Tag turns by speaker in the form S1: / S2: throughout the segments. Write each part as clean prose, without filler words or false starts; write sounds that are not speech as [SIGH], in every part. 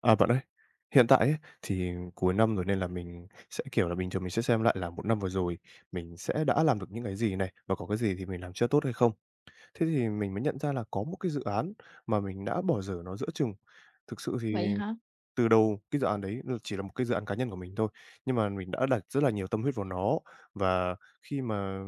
S1: À, bạn ơi, hiện tại ấy, thì cuối năm rồi nên là mình sẽ, kiểu là, bình thường mình sẽ xem lại là một năm vừa rồi mình sẽ đã làm được những cái gì này, và có cái gì thì mình làm chưa tốt hay không. Thế thì mình mới nhận ra là có một cái dự án mà mình đã bỏ dở nó giữa chừng. Thực sự thì
S2: Vậy hả?
S1: từ đầu cái dự án đấy là chỉ là một cái dự án cá nhân của mình thôi, nhưng mà mình đã đặt rất là nhiều tâm huyết vào nó. Và khi mà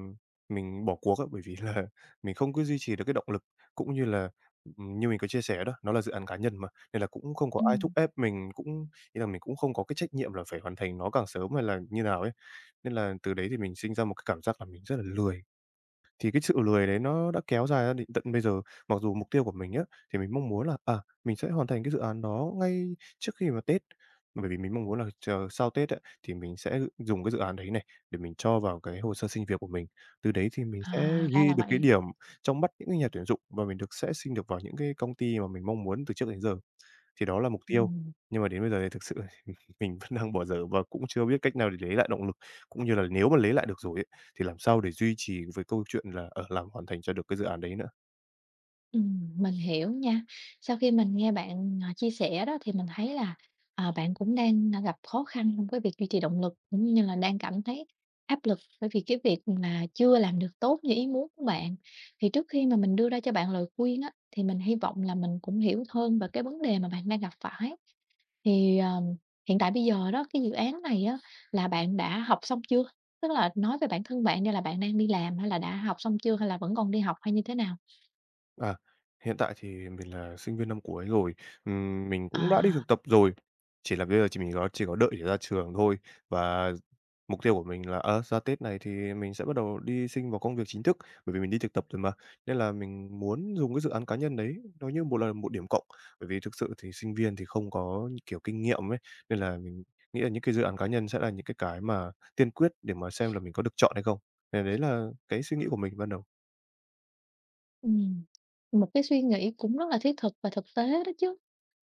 S1: mình bỏ cuộc á, bởi vì là [LAUGHS] mình không cứ duy trì được cái động lực, cũng như là, như mình có chia sẻ đó, nó là dự án cá nhân mà, nên là cũng không có ai thúc
S2: Ừm,
S1: ép mình, cũng ý là mình cũng không có cái trách nhiệm là phải hoàn thành nó càng sớm hay là như nào ấy. Nên là từ đấy thì mình sinh ra một cái cảm giác là mình rất là lười. Thì cái sự lười đấy nó đã kéo dài ra đến tận bây giờ. Mặc dù mục tiêu của mình á, thì mình mong muốn là, à, mình sẽ hoàn thành cái dự án đó ngay trước khi mà Tết, bởi vì mình mong muốn là chờ sau Tết á, thì mình sẽ dùng cái dự án đấy này để mình cho vào cái hồ sơ xin việc của mình. Từ đấy thì mình sẽ
S2: à, ra
S1: ghi
S2: là
S1: được cái
S2: vậy.
S1: điểm trong mắt những cái nhà tuyển dụng và mình được sẽ xin được vào những cái công ty mà mình mong muốn từ trước đến giờ. Thì đó là mục tiêu,
S2: Ừm,
S1: nhưng mà đến bây giờ thì thực sự thì mình vẫn đang bỏ dở và cũng chưa biết cách nào để lấy lại động lực, cũng như là nếu mà lấy lại được rồi ấy, thì làm sao để duy trì với câu chuyện là, ở làm hoàn thành cho được cái dự án đấy nữa?
S2: mình hiểu nha. Sau khi mình nghe bạn, à, chia sẻ đó thì mình thấy là, à, bạn cũng đang, à, gặp khó khăn trong cái việc duy trì động lực, cũng như là đang cảm thấy áp lực bởi vì cái việc là chưa làm được tốt như ý muốn của bạn. Thì trước khi mà mình đưa ra cho bạn lời khuyên á, thì mình hy vọng là mình cũng hiểu hơn về cái vấn đề mà bạn đang gặp phải. Thì, hiện tại bây giờ đó, cái dự án này á là bạn đã học xong chưa? Tức là nói về bản thân bạn đi là bạn đang đi làm hay là đã học xong chưa, hay là vẫn còn đi học hay như thế nào?
S1: À, hiện tại thì mình là sinh viên năm cuối rồi, mình cũng đã đi
S2: À.
S1: thực tập rồi, chỉ là bây giờ chỉ mình có đợi để ra trường thôi. Và mục tiêu của mình là, ờ, ra Tết này thì mình sẽ bắt đầu đi xin vào công việc chính thức, bởi vì mình đi thực tập rồi mà, nên là mình muốn dùng cái dự án cá nhân đấy nó như một điểm cộng. Bởi vì thực sự thì sinh viên thì không có, như kiểu, kinh nghiệm ấy, nên là mình nghĩ là những cái dự án cá nhân sẽ là những cái mà tiên quyết để mà xem là mình có được chọn hay không. Thì đấy là cái suy nghĩ của mình ban đầu.
S2: Ừm, một cái suy nghĩ cũng rất là thiết thực và thực tế đó chứ.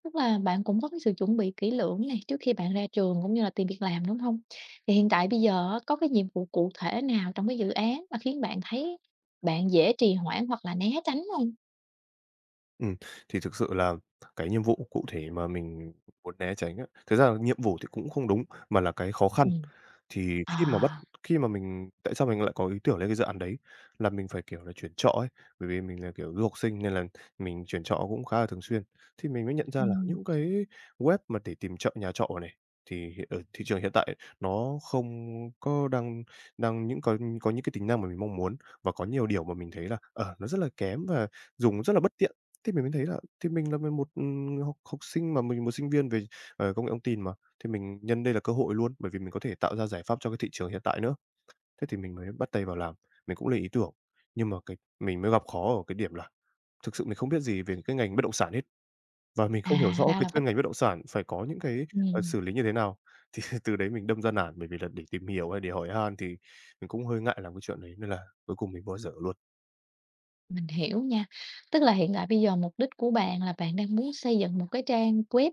S2: Tức là bạn cũng có cái sự chuẩn bị kỹ lưỡng này trước khi bạn ra trường cũng như là tìm việc làm, đúng không? Thì hiện tại bây giờ á, có cái nhiệm vụ cụ thể nào trong cái dự án mà khiến bạn thấy bạn dễ trì hoãn hoặc là né tránh không?
S1: Ừm, thì thực sự là cái nhiệm vụ cụ thể mà mình muốn né tránh á, thực ra là nhiệm vụ thì cũng không đúng, mà là cái khó khăn.
S2: Ừm.
S1: Thì khi mà bắt
S2: À.
S1: khi mà mình tại sao mình lại có ý tưởng lên cái dự án đấy, là mình phải, kiểu là, chuyển trọ ấy, bởi vì mình là, kiểu, du học sinh nên là mình chuyển trọ cũng khá là thường xuyên. Thì mình mới nhận ra là
S2: Ừm,
S1: những cái web mà để tìm trọ nhà trọ này, thì hiện ở thị trường hiện tại nó không có đang đang những có những cái tính năng mà mình mong muốn, và có nhiều điều mà mình thấy là, ờ, nó rất là kém và dùng rất là bất tiện. Thì mình mới thấy là thì mình là mình một, học học sinh mà mình một sinh viên về, ờ, công nghệ thông tin mà, thì mình nhân đây là cơ hội luôn, bởi vì mình có thể tạo ra giải pháp cho cái thị trường hiện tại nữa. Thế thì mình mới bắt tay vào làm, mình cũng lên ý tưởng, nhưng mà cái mình mới gặp khó ở cái điểm là thực sự mình không biết gì về cái ngành bất động sản hết, và mình
S2: à,
S1: không hiểu rõ
S2: ra
S1: cái
S2: là vách
S1: chuyên ngành bất động sản phải có những cái, ờ,
S2: ừm.
S1: xử lý như thế nào. Thì [LAUGHS] từ đấy mình đâm ra nản, bởi vì là để tìm hiểu hay để hỏi han thì mình cũng hơi ngại làm cái chuyện đấy, nên là cuối cùng mình bỏ dở luôn.
S2: Mình hiểu nha. Tức là hiện tại bây giờ mục đích của bạn là bạn đang muốn xây dựng một cái trang web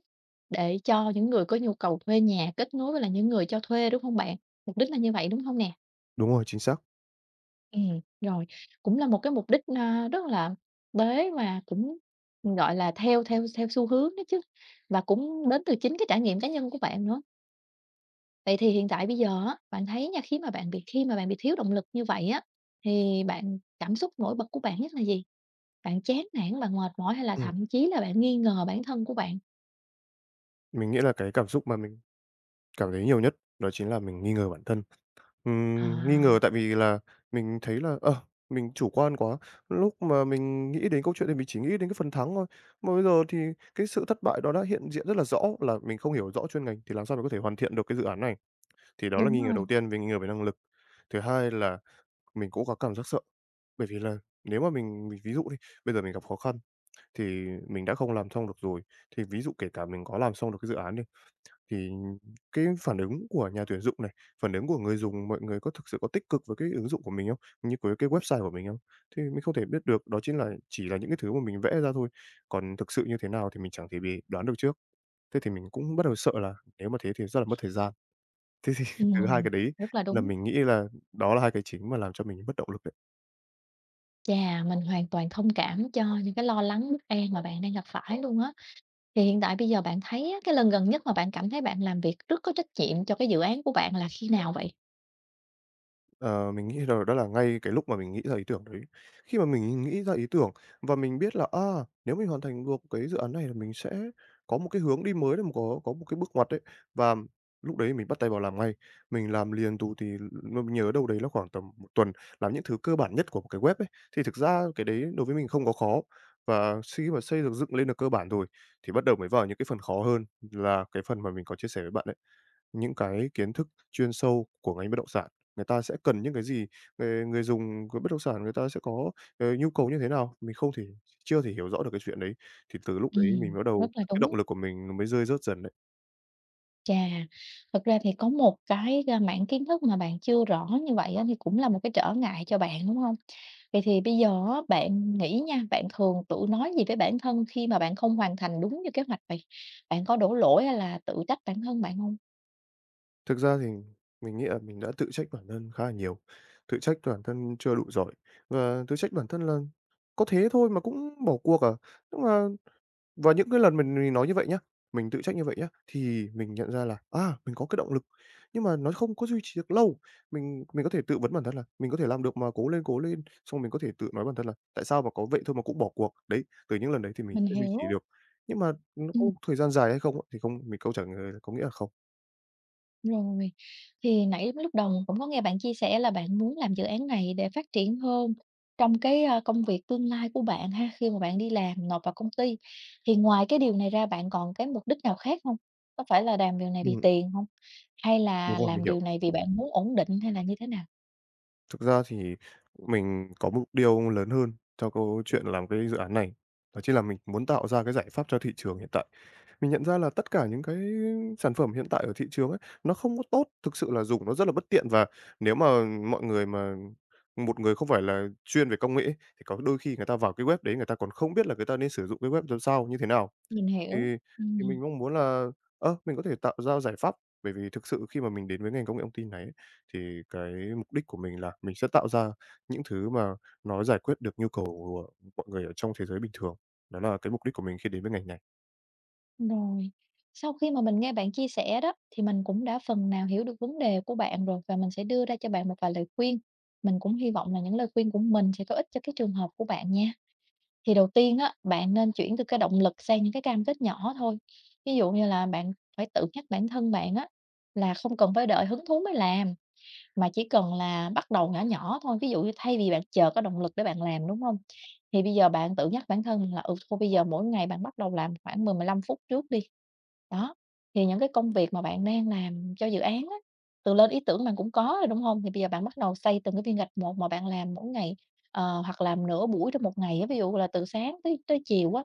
S2: để cho những người có nhu cầu thuê nhà kết nối với là những người cho thuê, đúng không bạn? Mục đích là như vậy, đúng không nè?
S1: Đúng rồi, chính xác.
S2: Ừ, rồi, cũng là một cái mục đích, a, rất là bế và cũng, gọi là, theo theo theo xu hướng đó chứ, và cũng đến từ chính cái trải nghiệm cá nhân của bạn nữa. Vậy thì hiện tại bây giờ á, bạn thấy nha, khi mà bạn bị thiếu động lực như vậy á, thì bạn cảm xúc nổi bật của bạn nhất là gì? Bạn chán nản, bạn mệt mỏi hay là
S1: Ừm,
S2: thậm chí là bạn nghi ngờ bản thân của bạn?
S1: mình nghĩ là cái cảm xúc mà mình cảm thấy nhiều nhất đó chính là mình nghi ngờ bản thân. Nghi
S2: À.
S1: ngờ tại vì là mình thấy là, ờ, mình chủ quan quá, lúc mà mình nghĩ đến câu chuyện thì mình chỉ nghĩ đến cái phần thắng thôi. Mà bây giờ thì cái sự thất bại đó đã hiện diện rất là rõ, là mình không hiểu rõ chuyên ngành thì làm sao mình có thể hoàn thiện được cái dự án này. Thì đó là
S2: Đúng
S1: nghi ngờ đầu
S2: rồi.
S1: tiên, về nghi ngờ về năng lực. Thứ hai là mình cũng có cảm giác sợ, bởi vì là nếu mà mình ví dụ đi, bây giờ mình gặp khó khăn thì mình đã không làm xong được rồi, thì ví dụ kể cả mình có làm xong được cái dự án đi thì cái phản ứng của nhà tuyển dụng này, phản ứng của người dùng, mọi người có thực sự có tích cực với cái ứng dụng của mình không? Như của cái website của mình không? Thì mình không thể biết được, đó chính là chỉ là những cái thứ mà mình vẽ ra thôi, còn thực sự như thế nào thì mình chẳng thể bị đoán được trước. Thế thì mình cũng bắt đầu sợ là nếu mà thế thì rất là mất thời gian. Thế thì [LAUGHS] từ hai
S2: Ừm,
S1: cái đấy
S2: rất là
S1: là
S2: đúng.
S1: mình nghĩ là đó là hai cái chính mà làm cho mình bất động lực đấy.
S2: Chà, mình hoàn toàn thông cảm cho những cái lo lắng, bất an mà bạn đang gặp phải luôn á. Thì hiện tại bây giờ bạn thấy á, cái lần gần nhất mà bạn cảm thấy bạn làm việc rất có trách nhiệm cho cái dự án của bạn là khi nào vậy?
S1: Ờ, mình nghĩ là đó là ngay cái lúc mà mình nghĩ ra ý tưởng đấy. Khi mà mình nghĩ ra ý tưởng và mình biết là, à, nếu mình hoàn thành được cái dự án này là mình sẽ có một cái hướng đi mới này, có một cái bước ngoặt đấy. Và lúc đấy mình bắt tay vào làm ngay. Mình làm liền tù thì mình nhớ đâu đấy là khoảng tầm một tuần, làm những thứ cơ bản nhất của một cái web ấy. Thì thực ra cái đấy đối với mình không có khó, và khi mà xây được dựng lên được cơ bản rồi, thì bắt đầu mới vào những cái phần khó hơn là cái phần mà mình có chia sẻ với bạn đấy. Những cái kiến thức chuyên sâu của ngành bất động sản, người ta sẽ cần những cái gì, người người dùng của bất động sản người ta sẽ có, ờ, nhu cầu như thế nào, mình không thể chưa thể hiểu rõ được cái chuyện đấy, thì từ lúc đấy mình bắt
S2: Rất
S1: đầu
S2: là
S1: cái
S2: đúng.
S1: động lực của mình nó mới rơi rớt dần đấy.
S2: Chà, thật ra thì có một cái, a, mảng kiến thức mà bạn chưa rõ như vậy á, thì cũng là một cái trở ngại cho bạn, đúng không? Vậy thì bây giờ á, bạn nghĩ nha, bạn thường tự nói gì với bản thân khi mà bạn không hoàn thành đúng như kế hoạch vậy? Bạn có đổ lỗi hay là tự trách bản thân bạn không?
S1: Thực ra thì mình nghĩ là mình đã tự trách bản thân khá là nhiều, tự trách bản thân chưa đủ giỏi và tự trách bản thân là có thế thôi mà cũng bỏ cuộc à? Nhưng mà Và những cái lần mình nói như vậy nhá, mình tự trách như vậy nhá, thì mình nhận ra là, à, mình có cái động lực, nhưng mà nó không có duy trì được lâu. Mình có thể tự vấn bản thân là "Mình có thể làm được mà, cố lên, cố lên." Xong mình có thể tự nói bản thân là "Tại sao mà có vậy thôi mà cũng bỏ cuộc." Đấy, từ những lần đấy thì mình
S2: Mình
S1: sẽ duy trì
S2: hiểu.
S1: được. Nhưng mà nó
S2: Ừ.
S1: có thời gian dài hay không á, thì không mình câu trả lời là có nghĩa là không.
S2: Rồi, thì nãy lúc đầu cũng có nghe bạn chia sẻ là bạn muốn làm dự án này để phát triển hơn trong cái, a, công việc tương lai của bạn ha, khi mà bạn đi làm nộp vào công ty. Thì ngoài cái điều này ra bạn còn cái mục đích nào khác không? Có phải là làm điều này vì
S1: Ừm,
S2: tiền không? Hay là
S1: đúng rồi,
S2: làm
S1: mình hiểu.
S2: điều này vì bạn muốn ổn định hay là như thế nào?
S1: Thực ra thì mình có mục tiêu lớn hơn cho câu chuyện làm cái dự án này, đó chính là mình muốn tạo ra cái giải pháp cho thị trường hiện tại. Mình nhận ra là tất cả những cái sản phẩm hiện tại ở thị trường ấy, nó không có tốt, thực sự là dùng nó rất là bất tiện và nếu mà mọi người mà một người không phải là chuyên về công nghệ ấy, thì có đôi khi người ta vào cái web đấy người ta còn không biết là người ta nên sử dụng cái web làm sao, như thế nào.
S2: Mình hiểu.
S1: Thì thì
S2: Ừm.
S1: mình mong muốn là, ơ, mình có thể tạo ra giải pháp, bởi vì thực sự khi mà mình đến với ngành công nghệ thông tin này ấy, thì cái mục đích của mình là mình sẽ tạo ra những thứ mà nó giải quyết được nhu cầu của mọi người ở trong thế giới bình thường. Đó là cái mục đích của mình khi đến với ngành này.
S2: Rồi, sau khi mà mình nghe bạn chia sẻ đó, thì mình cũng đã phần nào hiểu được vấn đề của bạn rồi và mình sẽ đưa ra cho bạn một vài lời khuyên. Mình cũng hy vọng là những lời khuyên của mình sẽ có ích cho cái trường hợp của bạn nha. Thì đầu tiên á, bạn nên chuyển từ cái động lực sang những cái cam kết nhỏ thôi. Ví dụ như là bạn phải tự nhắc bản thân bạn á, là không cần phải đợi hứng thú mới làm. Mà chỉ cần là bắt đầu nhỏ nhỏ thôi, ví dụ như thay vì bạn chờ có động lực để bạn làm, đúng không? Thì bây giờ bạn tự nhắc bản thân mình là, ừ, thôi bây giờ mỗi ngày bạn bắt đầu làm khoảng 10-15 phút trước đi. Đó, thì những cái công việc mà bạn đang làm cho dự án á, từ lên ý tưởng bạn cũng có rồi, đúng không? Thì bây giờ bạn bắt đầu xây từng cái viên gạch một mà bạn làm mỗi ngày, ờ, hoặc làm nửa buổi trong một ngày á, ví dụ là từ sáng tới tới chiều á,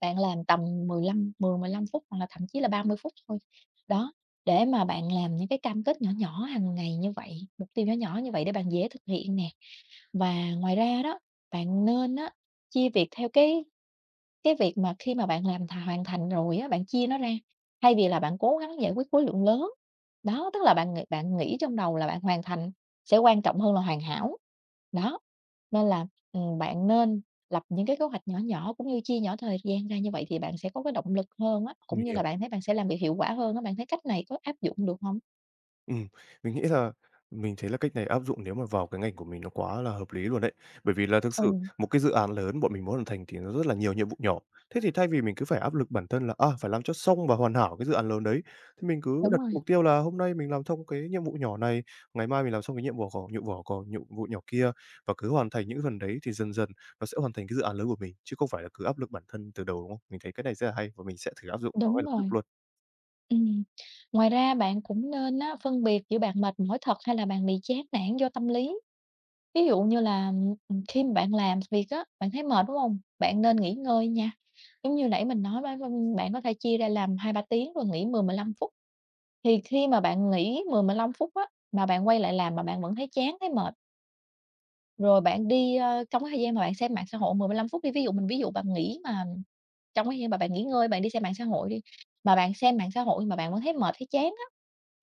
S2: bạn làm tầm 15, 10, 15 phút hoặc là thậm chí là 30 phút thôi. Đó, để mà bạn làm những cái cam kết nhỏ nhỏ hàng ngày như vậy, mục tiêu nhỏ nhỏ như vậy để bạn dễ thực hiện nè. Và ngoài ra đó, bạn nên á, chia việc theo cái việc mà khi mà bạn làm thà hoàn thành rồi á, bạn chia nó ra, thay vì là bạn cố gắng giải quyết khối lượng lớn. Đó, tức là bạn nghĩ trong đầu là bạn hoàn thành sẽ quan trọng hơn là hoàn hảo. Đó, nên là, bạn nên lập những cái kế hoạch nhỏ nhỏ cũng như chia nhỏ thời gian ra như vậy thì bạn sẽ có cái động lực hơn á,
S1: Mình
S2: cũng như là
S1: hiểu.
S2: bạn thấy bạn sẽ làm việc hiệu quả hơn á. Bạn thấy cách này có áp dụng được không?
S1: Ừm, mình nghĩ là mình thấy là cách này áp dụng nếu mà vào cái ngành của mình nó quá là hợp lý luôn đấy. Bởi vì là thực
S2: Ừ,
S1: sự một cái dự án lớn bọn mình muốn hoàn thành thì nó rất là nhiều nhiệm vụ nhỏ. Thế thì thay vì mình cứ phải áp lực bản thân là, à, phải làm cho xong và hoàn hảo cái dự án lớn đấy, thì mình cứ
S2: đúng
S1: đặt
S2: rồi,
S1: mục tiêu là hôm nay mình làm xong cái nhiệm vụ nhỏ này, ngày mai mình làm xong cái nhiệm vụ nhỏ kia và cứ hoàn thành những phần đấy thì dần dần nó sẽ hoàn thành cái dự án lớn của mình, chứ không phải là cứ áp lực bản thân từ đầu, đúng không? Mình thấy cái này rất là hay và mình sẽ thử áp dụng nó ngay
S2: đúng
S1: lập tức
S2: rồi.
S1: luôn.
S2: Ừm. Ngoài ra bạn cũng nên á, phân biệt giữa bạn mệt mỏi thật hay là bạn bị chán nản do tâm lý. Ví dụ như là, khi mà bạn làm việc á, bạn thấy mệt, đúng không? Bạn nên nghỉ ngơi nha. Giống như nãy mình nói đó, vâng, bạn có thể chia ra làm 2-3 tiếng rồi nghỉ 10-15 phút. Thì khi mà bạn nghỉ 10-15 phút á, mà bạn quay lại làm mà bạn vẫn thấy chán, thấy mệt, rồi bạn đi, ơ, trong cái thời gian mà bạn xem mạng xã hội 10-15 phút đi, ví dụ mình ví dụ bạn nghỉ mà trong cái khi mà bạn nghỉ ngơi, bạn đi xem mạng xã hội đi, mà bạn xem mạng xã hội mà bạn vẫn thấy mệt, thấy chán á,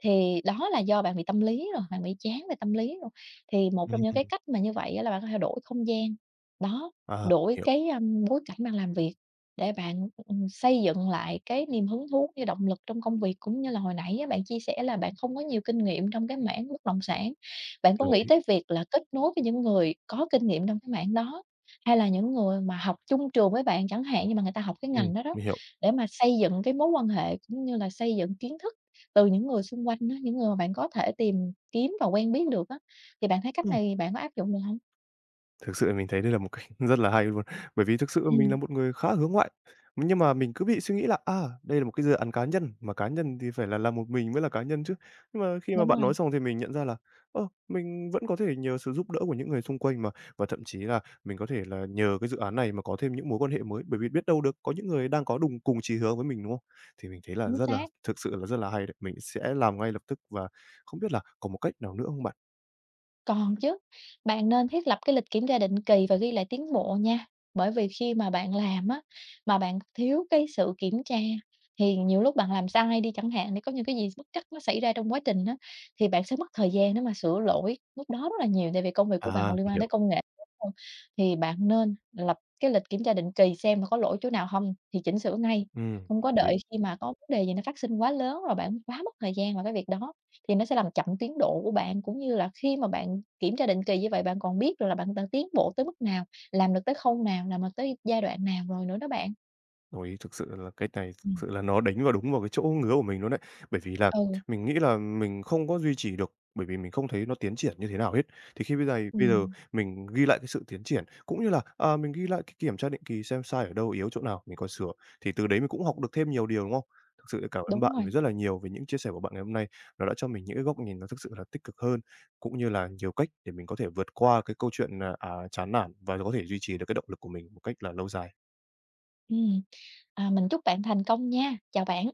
S2: thì đó là do bạn bị tâm lý rồi, bạn bị chán về tâm lý rồi. Thì một trong những cái
S1: Ừm.
S2: cách mà như vậy á là bạn có thể đổi không gian, đó,
S1: À,
S2: đổi
S1: hiểu,
S2: cái, a, bối cảnh bạn làm việc để bạn, xây dựng lại cái niềm hứng thú như động lực trong công việc. Cũng như là hồi nãy á bạn chia sẻ là bạn không có nhiều kinh nghiệm trong cái mảng bất động sản, bạn có
S1: đồng
S2: nghĩ
S1: ý.
S2: tới việc là kết nối với những người có kinh nghiệm trong cái mảng đó. Hay là những người mà học chung trường với bạn chẳng hạn, nhưng mà người ta học cái
S1: Ừm,
S2: ngành đó đó,
S1: mình hiểu.
S2: để mà xây dựng cái mối quan hệ cũng như là xây dựng kiến thức từ những người xung quanh á, những người mà bạn có thể tìm kiếm và quen biết được á, thì bạn thấy cách
S1: Ừm.
S2: này bạn có áp dụng được hông?
S1: Thực sự là mình thấy đây là một cách [LAUGHS] rất là hay luôn, bởi vì thực sự mình là
S2: Ừm,
S1: một người khá hướng ngoại, nhưng mà mình cứ bị suy nghĩ là, à, đây là một cái dự án cá nhân, mà cá nhân thì phải là làm một mình mới là cá nhân chứ. Nhưng mà khi mà
S2: đúng
S1: bạn
S2: rồi,
S1: nói xong thì mình nhận ra là, ơ, mình vẫn có thể nhờ sự giúp đỡ của những người xung quanh mà, và thậm chí là mình có thể là nhờ cái dự án này mà có thêm những mối quan hệ mới, bởi vì biết đâu được có những người đang có đùng cùng chí hướng với mình, đúng không? Thì mình thấy là
S2: chính
S1: rất là
S2: xác.
S1: thực sự là rất là hay đấy, mình sẽ làm ngay lập tức và không biết là có một cách nào nữa không bạn?
S2: Còn chứ, bạn nên thiết lập cái lịch kiểm tra định kỳ và ghi lại tiến bộ nha. Bởi vì khi mà bạn làm á, mà bạn thiếu cái sự kiểm tra thì nhiều lúc bạn làm sai đi chẳng hạn, thì có những cái gì bất trắc nó xảy ra trong quá trình á, thì bạn sẽ mất thời gian để mà sửa lỗi lúc đó rất là nhiều, tại vì công việc của bạn còn
S1: À,
S2: liên
S1: mình
S2: quan
S1: hiểu,
S2: tới công nghệ, đúng hông? Thì bạn nên lập cái lịch kiểm tra định kỳ xem là có lỗi chỗ nào không thì chỉnh sửa ngay, không có
S1: ừ.
S2: đợi khi mà có vấn đề gì nó phát sinh quá lớn rồi bạn quá mất thời gian vào cái việc đó. Thì nó sẽ làm chậm tiến độ của bạn, cũng như là khi mà bạn kiểm tra định kỳ như vậy, bạn còn biết được là bạn đang tiến bộ tới mức nào, làm được tới khâu nào, làm được tới giai đoạn nào rồi nữa đó bạn.
S1: Đồng thực sự là cái này thực
S2: Ừm.
S1: sự là nó đánh vào đúng vào cái chỗ ngứa của mình luôn đấy. Bởi vì là
S2: Ừ,
S1: mình nghĩ là mình không có duy trì được, bởi vì mình không thấy nó tiến triển như thế nào hết. Thì khi bây giờ
S2: ừm,
S1: mình ghi lại cái sự tiến triển, cũng như là, à, mình ghi lại cái kiểm tra định kỳ xem sai ở đâu, yếu chỗ nào, mình còn sửa, thì từ đấy mình cũng học được thêm nhiều điều, đúng không? Thực sự cảm ơn
S2: đúng
S1: bạn
S2: rồi.
S1: vì rất là nhiều về những chia sẻ của bạn ngày hôm nay. Nó đã cho mình những cái góc nhìn nó thực sự là tích cực hơn, cũng như là nhiều cách để mình có thể vượt qua cái câu chuyện, à, à, chán nản và có thể duy trì được cái động lực của mình một cách là lâu dài.
S2: Ừm, à, mình chúc bạn thành công nha. Chào bạn.